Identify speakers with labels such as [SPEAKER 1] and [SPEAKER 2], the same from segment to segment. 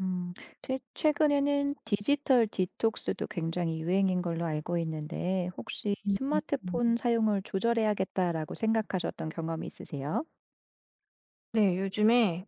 [SPEAKER 1] 음. 최 최근에는 디지털 디톡스도 굉장히 유행인 걸로 알고 있는데 혹시
[SPEAKER 2] 음 음.
[SPEAKER 1] '스마트폰 사용을 조절해야겠다.'라고 생각하셨던 경험이 있으세요?
[SPEAKER 2] 네. 요즘에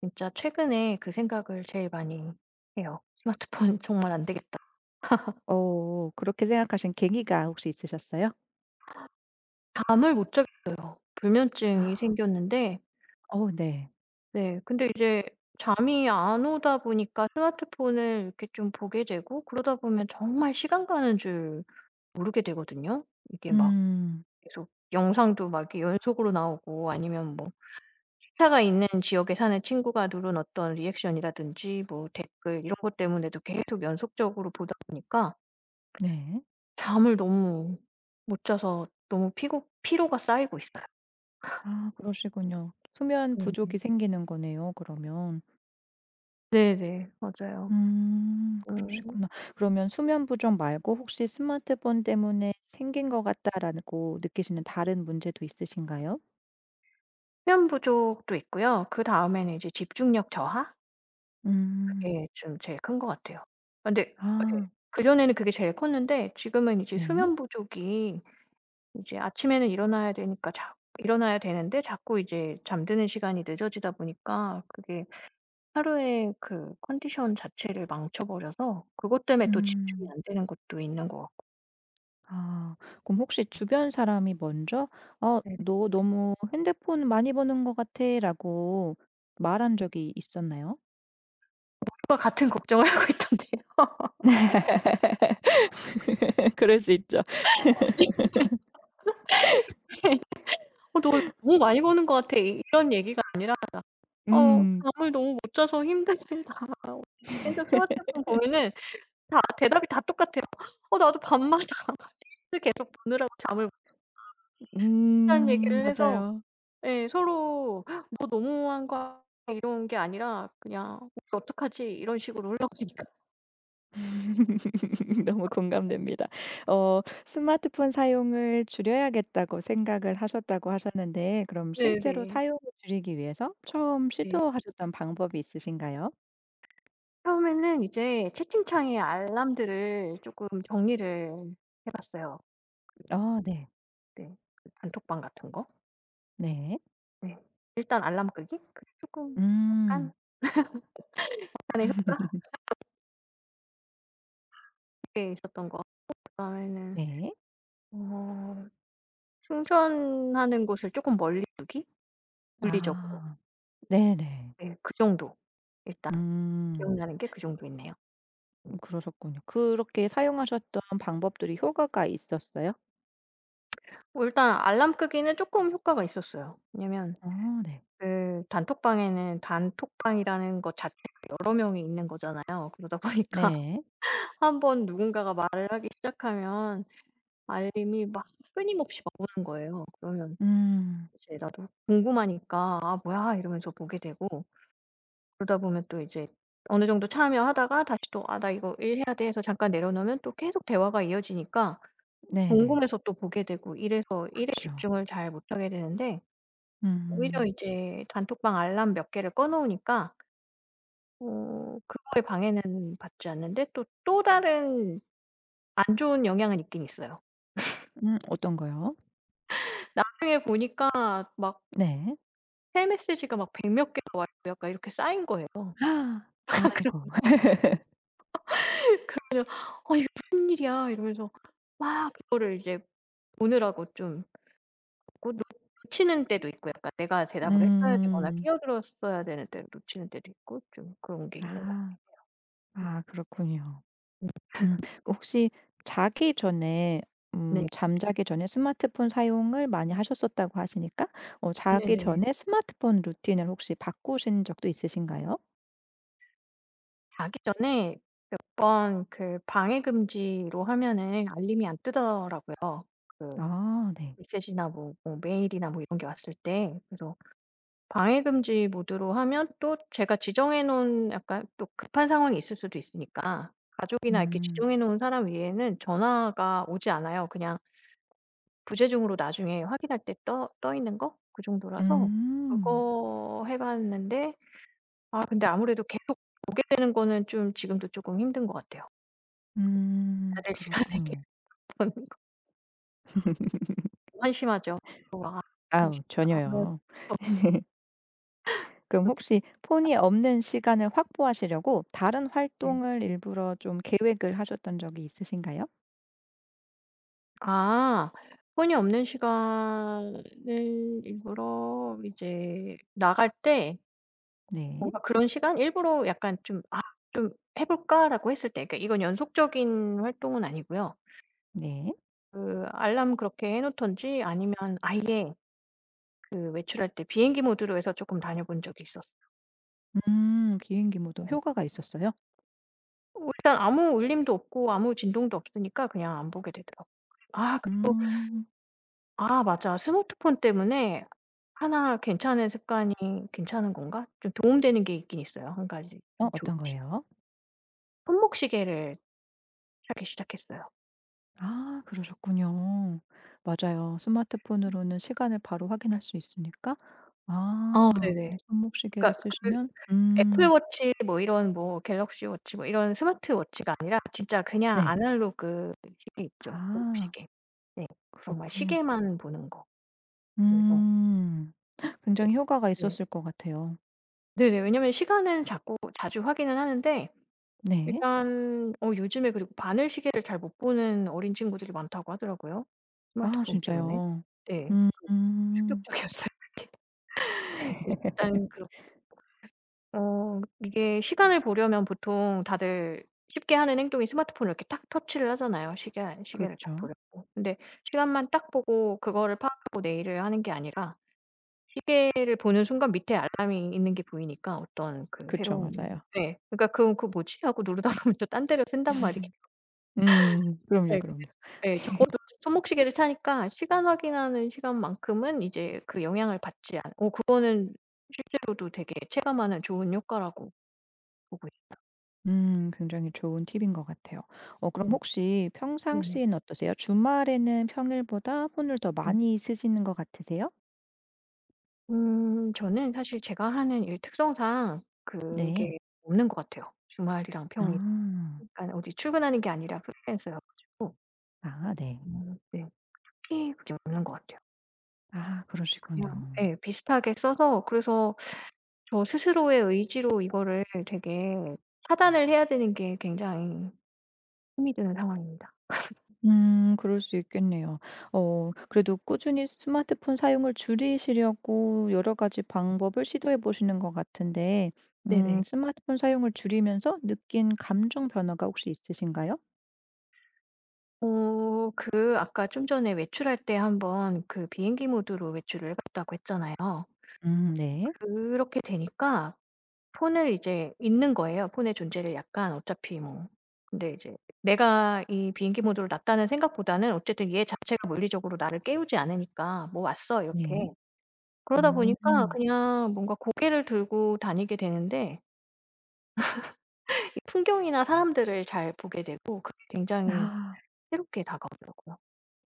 [SPEAKER 2] 진짜 최근에 그 생각을 제일 많이 해요. '스마트폰 정말 안 되겠다.'
[SPEAKER 1] 어. 그렇게 생각하신 계기가 혹시 있으셨어요?
[SPEAKER 2] 잠을 못 자게 불면증이
[SPEAKER 1] 아,
[SPEAKER 2] 생겼는데
[SPEAKER 1] 어 네.
[SPEAKER 2] 네 근데 이제 잠이 안 오다 보니까 스마트폰을 이렇게 좀 보게 되고 그러다 보면 정말 시간 가는 줄 모르게 되거든요. 이게 막
[SPEAKER 1] 음.
[SPEAKER 2] 계속 영상도 막 이렇게 연속으로 나오고 아니면 뭐 시차가 있는 지역에 사는 친구가 누른 어떤 리액션이라든지 뭐 댓글 이런 것 때문에도 계속 연속적으로 보다 보니까
[SPEAKER 1] 네.
[SPEAKER 2] 잠을 너무 못 자서 너무 피고 피로가 쌓이고 있어요.
[SPEAKER 1] 아 그러시군요. 수면
[SPEAKER 2] 음.
[SPEAKER 1] 부족이 생기는 거네요 그러면.
[SPEAKER 2] 네네. 맞아요.
[SPEAKER 1] 음.
[SPEAKER 2] 음
[SPEAKER 1] 그러시구나. 그러면 수면 부족 말고 혹시 '스마트폰 때문에 생긴 것 같다.'라고 느끼시는 다른 문제도 있으신가요?
[SPEAKER 2] 수면 부족도 있고요. 그다음에는 이제 집중력 저하?
[SPEAKER 1] 음.
[SPEAKER 2] 그게 좀 제일 큰 것 같아요. 근데 예.
[SPEAKER 1] 아
[SPEAKER 2] 그전에는 그게 제일 컸는데 지금은 이제
[SPEAKER 1] 네.
[SPEAKER 2] 수면 부족이 이제 아침에는 일어나야 되니까 자 일어나야 되는데 자꾸 이제 잠드는 시간이 늦어지다 보니까 그게 하루의 그 컨디션 자체를 망쳐 버려서 그것 때문에 또 집중이
[SPEAKER 1] 음.
[SPEAKER 2] 안 되는 것도 있는 것 같고.
[SPEAKER 1] 아. 그럼 혹시 주변 사람이 먼저 "어 너 너무 핸드폰 많이 보는 것 같아."라고 말한 적이 있었나요?
[SPEAKER 2] 과 같은 걱정을 하고 있던데요.
[SPEAKER 1] 그럴 수 있죠.
[SPEAKER 2] "어 너 너무 많이 버는 것 같아." 이 이런 얘기가 아니라 "어
[SPEAKER 1] 음.
[SPEAKER 2] 잠을 너무 못 자서 힘들다." 계속 스마트폰 보면은 다 대답이 다 똑같아요. "어 나도 밤마다 계속 보느라고 잠을 못 자는
[SPEAKER 1] 음.
[SPEAKER 2] 얘기를 해서
[SPEAKER 1] 맞아요.
[SPEAKER 2] 예 서로 "너 너무한 거 아니야?" 이런 게 아니라 그냥 "우리 어떡하지?" 이런 식으로 흘러가니까.
[SPEAKER 1] 너무 공감됩니다. 어 스마트폰 사용을 줄여야겠다고 생각을 하셨다고 하셨는데 그럼 실제로
[SPEAKER 2] 네네.
[SPEAKER 1] 사용을 줄이기 위해서 처음
[SPEAKER 2] 네.
[SPEAKER 1] 시도하셨던 방법이 있으신가요?
[SPEAKER 2] 처음에는 이제 채팅창에 알람들을 쪼끔 정리를 해 봤어요.
[SPEAKER 1] 아 네.
[SPEAKER 2] 네. 그 단톡방 같은 거.
[SPEAKER 1] 네.
[SPEAKER 2] 네. 일단 알람 끄기? 그게 쪼끔
[SPEAKER 1] 음.
[SPEAKER 2] 약간 그게 있었던 것 같고 그다음에는
[SPEAKER 1] 네.
[SPEAKER 2] 어 충전하는 곳을 쪼끔 멀리 두기? 물리적으로.
[SPEAKER 1] 아. 네네.
[SPEAKER 2] 예. 그 정도.
[SPEAKER 1] 음.
[SPEAKER 2] 기억나는 게 그 정도 있네요. 음.
[SPEAKER 1] 그러셨군요. 그렇게 사용하셨던 방법들이 효과가 있었어요?
[SPEAKER 2] 뭐 일단 알람 끄기는 쪼끔 효과가 있었어요. 왜냐면
[SPEAKER 1] 아 네.
[SPEAKER 2] 그 단톡방에는 단톡방이라는 것 자체가 여러 명이 있는 거잖아요. 그러다 보니까
[SPEAKER 1] 네.
[SPEAKER 2] 한 번 누군가가 말을 하기 시작하면 알림이 막 끊임없이 막 오는 거예요. 그러면
[SPEAKER 1] 음.
[SPEAKER 2] 이제 나도 궁금하니까 '아 뭐야?' 이러면서 보게 되고 그러다 보면 또 이제 어느 정도 참여하다가 다시 또 '아 나 이거 일 해야 돼.' 해서 잠깐 내려놓으면 또 계속 대화가 이어지니까
[SPEAKER 1] 네네.
[SPEAKER 2] 궁금해서 또 보게 되고 이래서 일에
[SPEAKER 1] 그쵸.
[SPEAKER 2] 집중을 잘 못하게 되는데 오히려
[SPEAKER 1] 음.
[SPEAKER 2] 이제 단톡방 알람 몇 개를 꺼 놓으니까 어 그거의 방해는 받지 않는데 또 다른 안 좋은 영향은 있긴 있어요.
[SPEAKER 1] 어떤 거요?
[SPEAKER 2] 나중에 보니까 막
[SPEAKER 1] 네.
[SPEAKER 2] 새 메시지가 막 백 몇 개가 와 있고 약간 이렇게 쌓인 거예요. 그
[SPEAKER 1] 아이고.
[SPEAKER 2] "아 이게 무슨 일이야." 이러면서 막 그거를 이제 보느라고 좀 뭐 놓치는 때도 있고 약간 내가 대답을 했어야 되거나
[SPEAKER 1] 음.
[SPEAKER 2] 끼어들었어야 되는 때를 놓치는 때도 있고 좀 그런 게 있는 것
[SPEAKER 1] 아.
[SPEAKER 2] 같아요.
[SPEAKER 1] 아 그렇군요. 음. 그 혹시 자기 전에
[SPEAKER 2] 네.
[SPEAKER 1] 잠자기 전에 스마트폰 사용을 많이 하셨었다고 하시니까 어 자기
[SPEAKER 2] 네네.
[SPEAKER 1] 전에 스마트폰 루틴을 혹시 바꾸신 적도 있으신가요?
[SPEAKER 2] 자기 전에 몇 번 그 방해 금지로 하면은 알림이 안 뜨더라고요. 그
[SPEAKER 1] 아 네.
[SPEAKER 2] 메시지나 뭐 메일이나 뭐 이런 게 왔을 때. 그래서 방해 금지 모드로 하면 또 제가 지정해 놓은 약간 또 급한 상황이 있을 수도 있으니까 가족이나 이렇게
[SPEAKER 1] 음.
[SPEAKER 2] 지정해 놓은 사람 외에는 전화가 오지 않아요. 그냥 부재중으로 나중에 확인할 때 떠 있는 거 그 정도라서
[SPEAKER 1] 음.
[SPEAKER 2] 그거 해 봤는데 아 근데 아무래도 계속되는 거는 좀 지금도 조금 힘든 것 같아요.
[SPEAKER 1] 음.
[SPEAKER 2] 자제 시간에 계속
[SPEAKER 1] 그렇군요.
[SPEAKER 2] 한심하죠. 와,
[SPEAKER 1] 아우
[SPEAKER 2] 한심하다.
[SPEAKER 1] 전혀요. 그럼 혹시 폰이 없는 시간을 확보하시려고 다른
[SPEAKER 2] 네.
[SPEAKER 1] 활동을 일부러 좀 계획을 하셨던 적이 있으신가요?
[SPEAKER 2] 아. 폰이 없는 시간을 일부러 이제 나갈 때
[SPEAKER 1] 네.
[SPEAKER 2] 뭔가 그런 시간 일부러 약간 좀 '아 좀 해 볼까?'라고 했을 때 그러니까 이건 연속적인 활동은 아니고요.
[SPEAKER 1] 네.
[SPEAKER 2] 그 알람 그렇게 해놓던지 아니면 아예 그 외출할 때 비행기 모드로 해서 조금 다녀본 적이 있었어요.
[SPEAKER 1] 음. 비행기 모드 효과가 있었어요?
[SPEAKER 2] 어 일단 아무 울림도 없고 아무 진동도 없으니까 그냥 안 보게 되더라고요. 아 그리고
[SPEAKER 1] 음.
[SPEAKER 2] 아 맞아. 스마트폰 때문에 하나 괜찮은 습관이 '괜찮은 건가?' 좀 도움되는 게 있긴 있어요. 한 가지
[SPEAKER 1] 어
[SPEAKER 2] 좀 좋은
[SPEAKER 1] 어떤
[SPEAKER 2] 팁.
[SPEAKER 1] 거예요?
[SPEAKER 2] 손목 시계를 사기 시작했어요.
[SPEAKER 1] 아 그러셨군요. 맞아요. 스마트폰으로는 시간을 바로 확인할 수 있으니까.
[SPEAKER 2] 어
[SPEAKER 1] 아 근데
[SPEAKER 2] 네네.
[SPEAKER 1] 손목시계를
[SPEAKER 2] 그러니까 그
[SPEAKER 1] 쓰시면
[SPEAKER 2] 애플 워치 뭐 이런 뭐 갤럭시 워치 뭐 이런 스마트 워치가 아니라 진짜 그냥
[SPEAKER 1] 네.
[SPEAKER 2] 아날로그 시계 있죠. 손목
[SPEAKER 1] 아
[SPEAKER 2] 시계. 네. 정말
[SPEAKER 1] 그렇군요.
[SPEAKER 2] 시계만 보는 거. 그래서
[SPEAKER 1] 음. 굉장히 효과가
[SPEAKER 2] 네.
[SPEAKER 1] 있었을 것 같아요.
[SPEAKER 2] 네네. 왜냐면 시간은 자꾸 자주 확인을 하는데
[SPEAKER 1] 네.
[SPEAKER 2] 일단 어 요즘에 그리고 바늘 시계를 잘 못 보는 어린 친구들이 많다고 하더라고요,
[SPEAKER 1] 아
[SPEAKER 2] 스마트폰 때문에.
[SPEAKER 1] 진짜요?
[SPEAKER 2] 네.
[SPEAKER 1] 음.
[SPEAKER 2] 그 충격적이었어요. 일단 그렇 어 이게 시간을 보려면 보통 다들 쉽게 하는 행동이 스마트폰을 이렇게 딱 터치를 하잖아요, 시계를 딱
[SPEAKER 1] 그렇죠.
[SPEAKER 2] 보려고. 근데 시간만 딱 보고 그거를 파악하고 내 일을 하는 게 아니라 시계를 보는 순간 밑에 알람이 있는 게 보이니까 어떤 그
[SPEAKER 1] 그렇죠
[SPEAKER 2] 새로운
[SPEAKER 1] 맞아요.
[SPEAKER 2] 네. 그러니까 '그건 그 뭐지?' 하고 누르다 보면 또 딴 데로 샌단 말이에요.
[SPEAKER 1] 음. 그럼요,
[SPEAKER 2] 네.
[SPEAKER 1] 그럼요.
[SPEAKER 2] 예. 적어도 손목시계를 차니까 시간 확인하는 시간만큼은 이제 그 영향을 받지 않 어 그거는 실제로도 되게 체감하는 좋은 효과라고 보고 있어요.
[SPEAKER 1] 굉장히 좋은 팁인 것 같아요. 어 그럼
[SPEAKER 2] 네.
[SPEAKER 1] 혹시
[SPEAKER 2] 네네.
[SPEAKER 1] 평상시에는 어떠세요? 주말에는 평일보다 폰을 더
[SPEAKER 2] 음.
[SPEAKER 1] 많이 쓰시는 것 같으세요?
[SPEAKER 2] 저는 사실 제가 하는 일 특성상
[SPEAKER 1] 네.
[SPEAKER 2] 그게 없는 것 같아요. 주말이랑 평일.
[SPEAKER 1] 아.
[SPEAKER 2] 그러니까 어디 출근하는 게 아니라 프리랜서여 가지고
[SPEAKER 1] 아 네.
[SPEAKER 2] 네. 딱히 그게 없는 것 같아요.
[SPEAKER 1] 아
[SPEAKER 2] 그냥
[SPEAKER 1] 그러시군요.
[SPEAKER 2] 예 비슷하게 써서 그래서 저 스스로의 의지로 이거를 되게 차단을 해야 되는 게 굉장히 힘이 드는 상황입니다.
[SPEAKER 1] 그럴 수 있겠네요. 어 그래도 꾸준히 스마트폰 사용을 줄이시려고 여러 가지 방법을 시도해 보시는 것 같은데
[SPEAKER 2] 네네.
[SPEAKER 1] 스마트폰 사용을 줄이면서 느낀 감정 변화가 혹시 있으신가요?
[SPEAKER 2] 어 그 아까 좀 전에 외출할 때 한번 그 비행기 모드로 외출을 해 봤다고 했잖아요.
[SPEAKER 1] 네.
[SPEAKER 2] 그렇게 되니까 폰을 이제 잊는 거예요, 폰의 존재를 약간 어차피 뭐. 근데 이제 내가 이 비행기 모드로 놨다는 생각보다는 어쨌든 얘 자체가 물리적으로 나를 깨우지 않으니까 '뭐 왔어.'
[SPEAKER 1] 네.
[SPEAKER 2] 이렇게. 그러다
[SPEAKER 1] 음.
[SPEAKER 2] 보니까 그냥 뭔가 고개를 들고 다니게 되는데 이 풍경이나 사람들을 잘 보게 되고 그게 굉장히
[SPEAKER 1] 아.
[SPEAKER 2] 새롭게 다가오더라고요,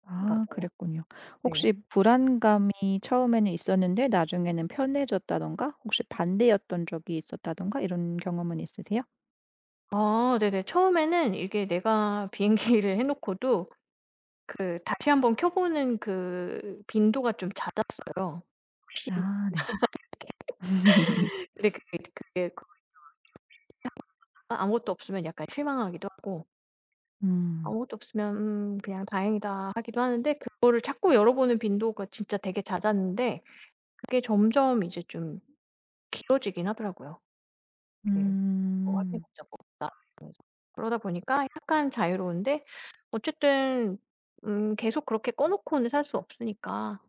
[SPEAKER 1] 아
[SPEAKER 2] 나도.
[SPEAKER 1] 그랬군요.
[SPEAKER 2] 네.
[SPEAKER 1] 혹시 불안감이 처음에는 있었는데 나중에는 편해졌다든가 혹시 반대였던 적이 있었다든가 이런 경험은 있으세요?
[SPEAKER 2] 아 네네. 처음에는 이게 내가 비행기를 해 놓고도 그 다시 한번 켜 보는 그 빈도가 좀 잦았어요. 혹시
[SPEAKER 1] 아 네.
[SPEAKER 2] 근데 그게 그 아무것도 없으면 약간 실망하기도 하고
[SPEAKER 1] 음.
[SPEAKER 2] 아무것도 없으면 '음 그냥 다행이다.' 하기도 하는데 그거를 자꾸 열어보는 빈도가 진짜 되게 잦았는데 그게 점점 이제 좀 길어지긴 하더라고요. 네. 뭐 확인해
[SPEAKER 1] 음.
[SPEAKER 2] 본 적 없다 이러면서. 그러다 보니까 약간 자유로운데 어쨌든 계속 그렇게 꺼 놓고는 살 수 없으니까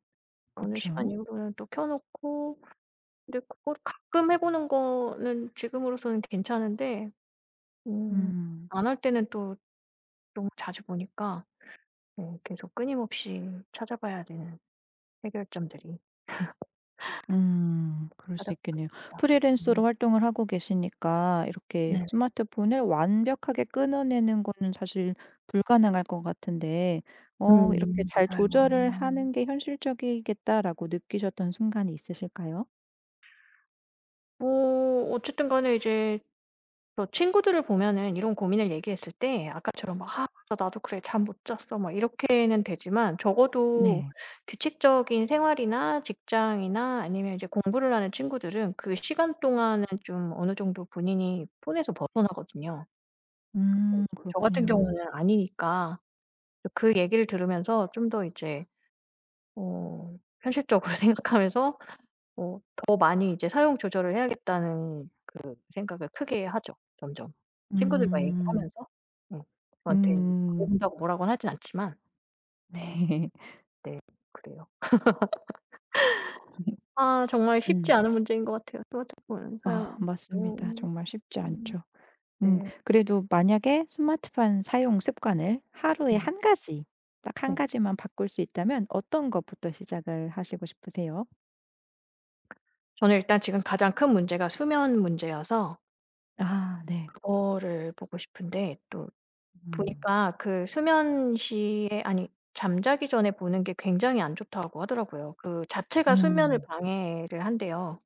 [SPEAKER 2] 어느 시간
[SPEAKER 1] 그쵸.
[SPEAKER 2] 이후로는 또 켜 놓고 근데 그걸 가끔 해 보는 거는 지금으로서는 괜찮은데 음
[SPEAKER 1] 음.
[SPEAKER 2] 안 할 때는 또 너무 자주 보니까 예 계속 끊임없이 찾아봐야 되는 해결점들이
[SPEAKER 1] 음. 그럴 수
[SPEAKER 2] 찾아보고
[SPEAKER 1] 있겠네요.
[SPEAKER 2] 있습니다.
[SPEAKER 1] 프리랜서로
[SPEAKER 2] 음.
[SPEAKER 1] 활동을 하고 계시니까 이렇게
[SPEAKER 2] 네.
[SPEAKER 1] 스마트폰을 완벽하게 끊어내는 거는 사실 불가능할 것 같은데 어 이렇게 '잘
[SPEAKER 2] 맞아요.
[SPEAKER 1] 조절을 하는 게 현실적이겠다.'라고 느끼셨던 순간이 있으실까요?
[SPEAKER 2] 뭐 어쨌든 간에 이제 또 친구들을 보면은 이런 고민을 얘기했을 때 아까처럼 막 "아 맞아. 나도 그래. 잠 못 잤어." 막 이렇게는 되지만 적어도
[SPEAKER 1] 네.
[SPEAKER 2] 규칙적인 생활이나 직장이나 아니면 이제 공부를 하는 친구들은 그 시간 동안은 좀 어느 정도 본인이 폰에서 벗어나거든요. 근데
[SPEAKER 1] 음.
[SPEAKER 2] 이제 저 같은
[SPEAKER 1] 그렇군요.
[SPEAKER 2] 경우는 아니니까 그 얘기를 들으면서 좀 더 이제 어 현실적으로 생각하면서 어 더 많이 이제 사용 조절을 해야겠다는 그 생각을 크게 하죠 점점. 친구들과
[SPEAKER 1] 음.
[SPEAKER 2] 얘기하면서 음 저한테 그래
[SPEAKER 1] 음.
[SPEAKER 2] 본다고 뭐라고는 하진 않지만
[SPEAKER 1] 네.
[SPEAKER 2] 네 그래요. 아 정말 쉽지
[SPEAKER 1] 음.
[SPEAKER 2] 않은 문제인 것 같아요 스마트폰
[SPEAKER 1] 아
[SPEAKER 2] 사용이.
[SPEAKER 1] 맞습니다.
[SPEAKER 2] 너무
[SPEAKER 1] 정말 쉽지
[SPEAKER 2] 너무
[SPEAKER 1] 않죠. 음.
[SPEAKER 2] 네.
[SPEAKER 1] 그래도 만약에 스마트폰 사용 습관을 하루에
[SPEAKER 2] 네.
[SPEAKER 1] 한 가지, 딱 한
[SPEAKER 2] 네.
[SPEAKER 1] 가지만 바꿀 수 있다면 어떤 것부터 시작을 하시고 싶으세요?
[SPEAKER 2] 저는 일단 지금 가장 큰 문제가 수면 문제여서
[SPEAKER 1] 아 네.
[SPEAKER 2] 그거를 보고 싶은데 또
[SPEAKER 1] 음.
[SPEAKER 2] 보니까 그 수면 시에 아니 잠자기 전에 보는 게 굉장히 안 좋다고 하더라고요. 그 자체가 수면을
[SPEAKER 1] 음.
[SPEAKER 2] 방해를 한대요.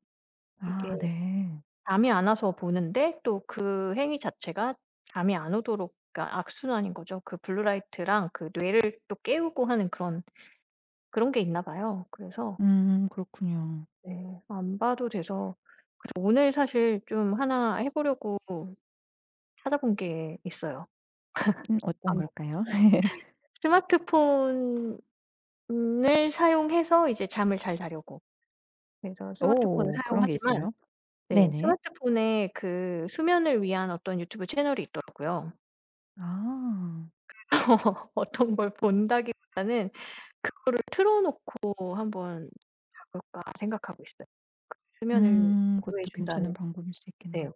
[SPEAKER 2] 이게
[SPEAKER 1] 아 네.
[SPEAKER 2] 잠이 안 와서 보는데 또 그 행위 자체가 잠이 안 오도록 그러니까 악순환인 거죠. 그 블루 라이트랑 그 뇌를 또 깨우고 하는 그런 게 있나 봐요. 그래서
[SPEAKER 1] 그렇군요.
[SPEAKER 2] 네 안 봐도 돼서 그래서 오늘 사실 좀 하나 해 보려고 찾아본 게 있어요.
[SPEAKER 1] 어떤
[SPEAKER 2] 아
[SPEAKER 1] 걸까요?
[SPEAKER 2] 스마트폰 을 사용해서 이제 잠을 잘 자려고. 그래서 스마트폰을
[SPEAKER 1] 오 그런 게
[SPEAKER 2] 사용하지만
[SPEAKER 1] 있어요?
[SPEAKER 2] 네
[SPEAKER 1] 네네.
[SPEAKER 2] 스마트폰에 그 수면을 위한 어떤 유튜브 채널이 있더라고요.
[SPEAKER 1] 아.
[SPEAKER 2] 어떤 걸 본다기보다는 '이걸 틀어 놓고 한번 자 볼까.' 생각하고 있어요. 수면을 유도해
[SPEAKER 1] 그것도 괜찮은
[SPEAKER 2] 준다는.
[SPEAKER 1] 방법일 수
[SPEAKER 2] 네.
[SPEAKER 1] 있겠네요.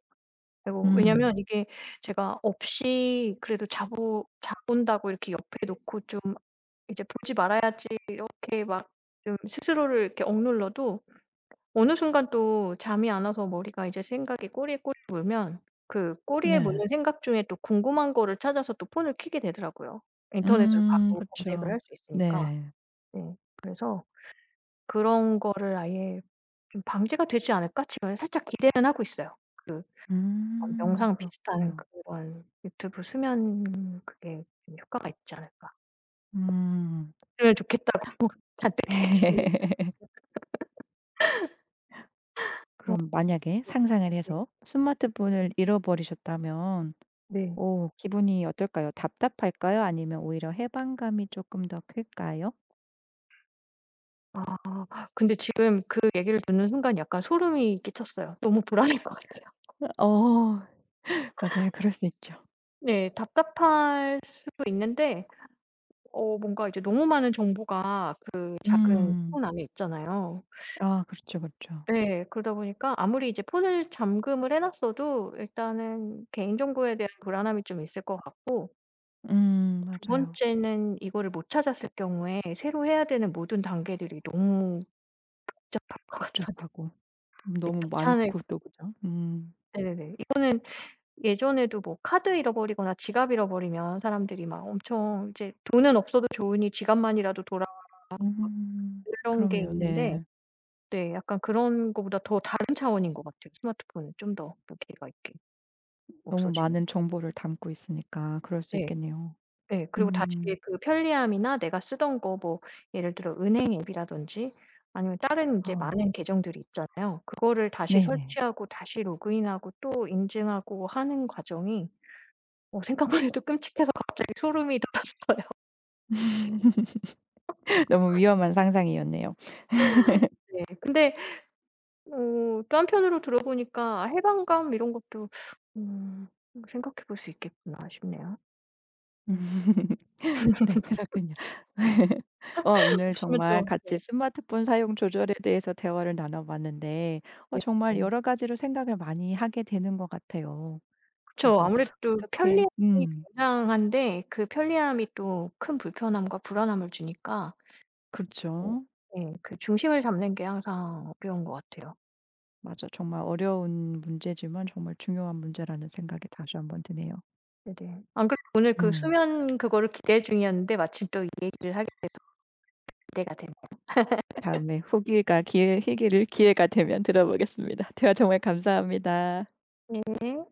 [SPEAKER 2] 그리고
[SPEAKER 1] 음.
[SPEAKER 2] 왜냐면 이게 제가 없이 그래도 자 본다고 이렇게 옆에 놓고 좀 이제 보지 말아야지 이렇게 막 좀 스스로를 이렇게 억눌러도 어느 순간 또 잠이 안 와서 머리가 이제 생각이 꼬리에 꼬리를 물면 그 꼬리에
[SPEAKER 1] 네.
[SPEAKER 2] 무는 생각 중에 또 궁금한 거를 찾아서 또 폰을 켜게 되더라고요. 인터넷으로
[SPEAKER 1] 그
[SPEAKER 2] 바로
[SPEAKER 1] 렇
[SPEAKER 2] 검색을
[SPEAKER 1] 죠
[SPEAKER 2] 할 수
[SPEAKER 1] 네.
[SPEAKER 2] 있으니까. 네. 그래서 '그런 거를 아예 좀 방지가 되지 않을까?' 지금 살짝 기대는 하고 있어요. 약간 명상 비슷한
[SPEAKER 1] 그렇군요.
[SPEAKER 2] 그런 '유튜브 수면 그게 좀 효과가 있지 않을까.'
[SPEAKER 1] 음.
[SPEAKER 2] 그러면 좋겠다고 잔뜩 기대 중입니다.
[SPEAKER 1] 그럼 만약에 상상을
[SPEAKER 2] 네.
[SPEAKER 1] 해서 스마트폰을 잃어버리셨다면
[SPEAKER 2] 네.
[SPEAKER 1] 오 기분이 어떨까요? 답답할까요? 아니면 오히려 해방감이 조금 더 클까요?
[SPEAKER 2] 아, 근데 지금 그 얘기를 듣는 순간 약간 소름이 끼쳤어요. 너무 불안할 것 같아요.
[SPEAKER 1] 어 맞아요. 그럴 수 있죠.
[SPEAKER 2] 네. 답답할 수도 있는데 어 뭔가 이제 너무 많은 정보가 그 작은
[SPEAKER 1] 음.
[SPEAKER 2] 폰 안에 있잖아요.
[SPEAKER 1] 아 그렇죠, 그렇죠.
[SPEAKER 2] 네. 그러다 보니까 아무리 이제 폰을 잠금을 해 놨어도 일단은 개인정보에 대한 불안함이 좀 있을 것 같고 두
[SPEAKER 1] 맞아요.
[SPEAKER 2] 번째는 이거를 못 찾았을 경우에 새로 해야 되는 모든 단계들이 너무 복잡할 것 같아서
[SPEAKER 1] 복잡하고
[SPEAKER 2] 이게
[SPEAKER 1] 너무
[SPEAKER 2] 귀찮을
[SPEAKER 1] 많고 또 그죠? 음.
[SPEAKER 2] 네네네. 이거는 예전에도 뭐 카드 잃어버리거나 지갑 잃어버리면 사람들이 막 엄청 이제 돈은 없어도 좋으니 지갑만이라도 돌아
[SPEAKER 1] 음.
[SPEAKER 2] 그런 게
[SPEAKER 1] 그럼요.
[SPEAKER 2] 있는데
[SPEAKER 1] 네.
[SPEAKER 2] 네 약간 그런 거보다 더 다른 차원인 것 같아요. 스마트폰은 좀 더 무게가 있게
[SPEAKER 1] 너무
[SPEAKER 2] 없어지면.
[SPEAKER 1] 많은 정보를 담고 있으니까 그럴 수
[SPEAKER 2] 네.
[SPEAKER 1] 있겠네요.
[SPEAKER 2] 예. 그리고 다시
[SPEAKER 1] 음.
[SPEAKER 2] 그 편리함이나 내가 쓰던 거 뭐 예를 들어 은행 앱이라든지 아니면 다른 이제
[SPEAKER 1] 아우
[SPEAKER 2] 많은 계정들이 있잖아요. 그거를 다시
[SPEAKER 1] 네네.
[SPEAKER 2] 설치하고 다시 로그인하고 또 인증하고 하는 과정이 어 생각만 해도 끔찍해서 갑자기 소름이 돋았어요.
[SPEAKER 1] 너무 위험한 상상이었네요.
[SPEAKER 2] 네. 근데 어 또 한편으로 들어 보니까 '해방감 이런 것도 음 생각해 볼 수 있겠구나.' 싶네요. 음.
[SPEAKER 1] 네 그렇군요. 어 오늘
[SPEAKER 2] 없으면
[SPEAKER 1] 정말
[SPEAKER 2] 또
[SPEAKER 1] 같이
[SPEAKER 2] 네
[SPEAKER 1] 스마트폰 사용 조절에 대해서 대화를 나눠 봤는데 어 정말
[SPEAKER 2] 네네.
[SPEAKER 1] 여러 가지로 생각을 많이 하게 되는 것 같아요.
[SPEAKER 2] 그쵸.
[SPEAKER 1] 그래서
[SPEAKER 2] 아무래도
[SPEAKER 1] 어떻게
[SPEAKER 2] 편리함이 굉장한데 그 편리함이 또 큰 불편함과 불안함을 주니까 뭐
[SPEAKER 1] 그렇죠.
[SPEAKER 2] 예 그 중심을 잡는 게 항상 어려운 것 같아요.
[SPEAKER 1] 맞아. 정말 어려운 문제지만 정말 중요한 문제라는 생각이 다시 한번 드네요.
[SPEAKER 2] 네네. 안 그래도 오늘 그
[SPEAKER 1] 음.
[SPEAKER 2] 수면 그거를 기대 중이었는데 마침 또 이 얘기를 하게 될 때가
[SPEAKER 1] 다음에 후기가 기회 희기를 기회가 되면 들어보겠습니다. 대화 정말 감사합니다.
[SPEAKER 2] 됐네.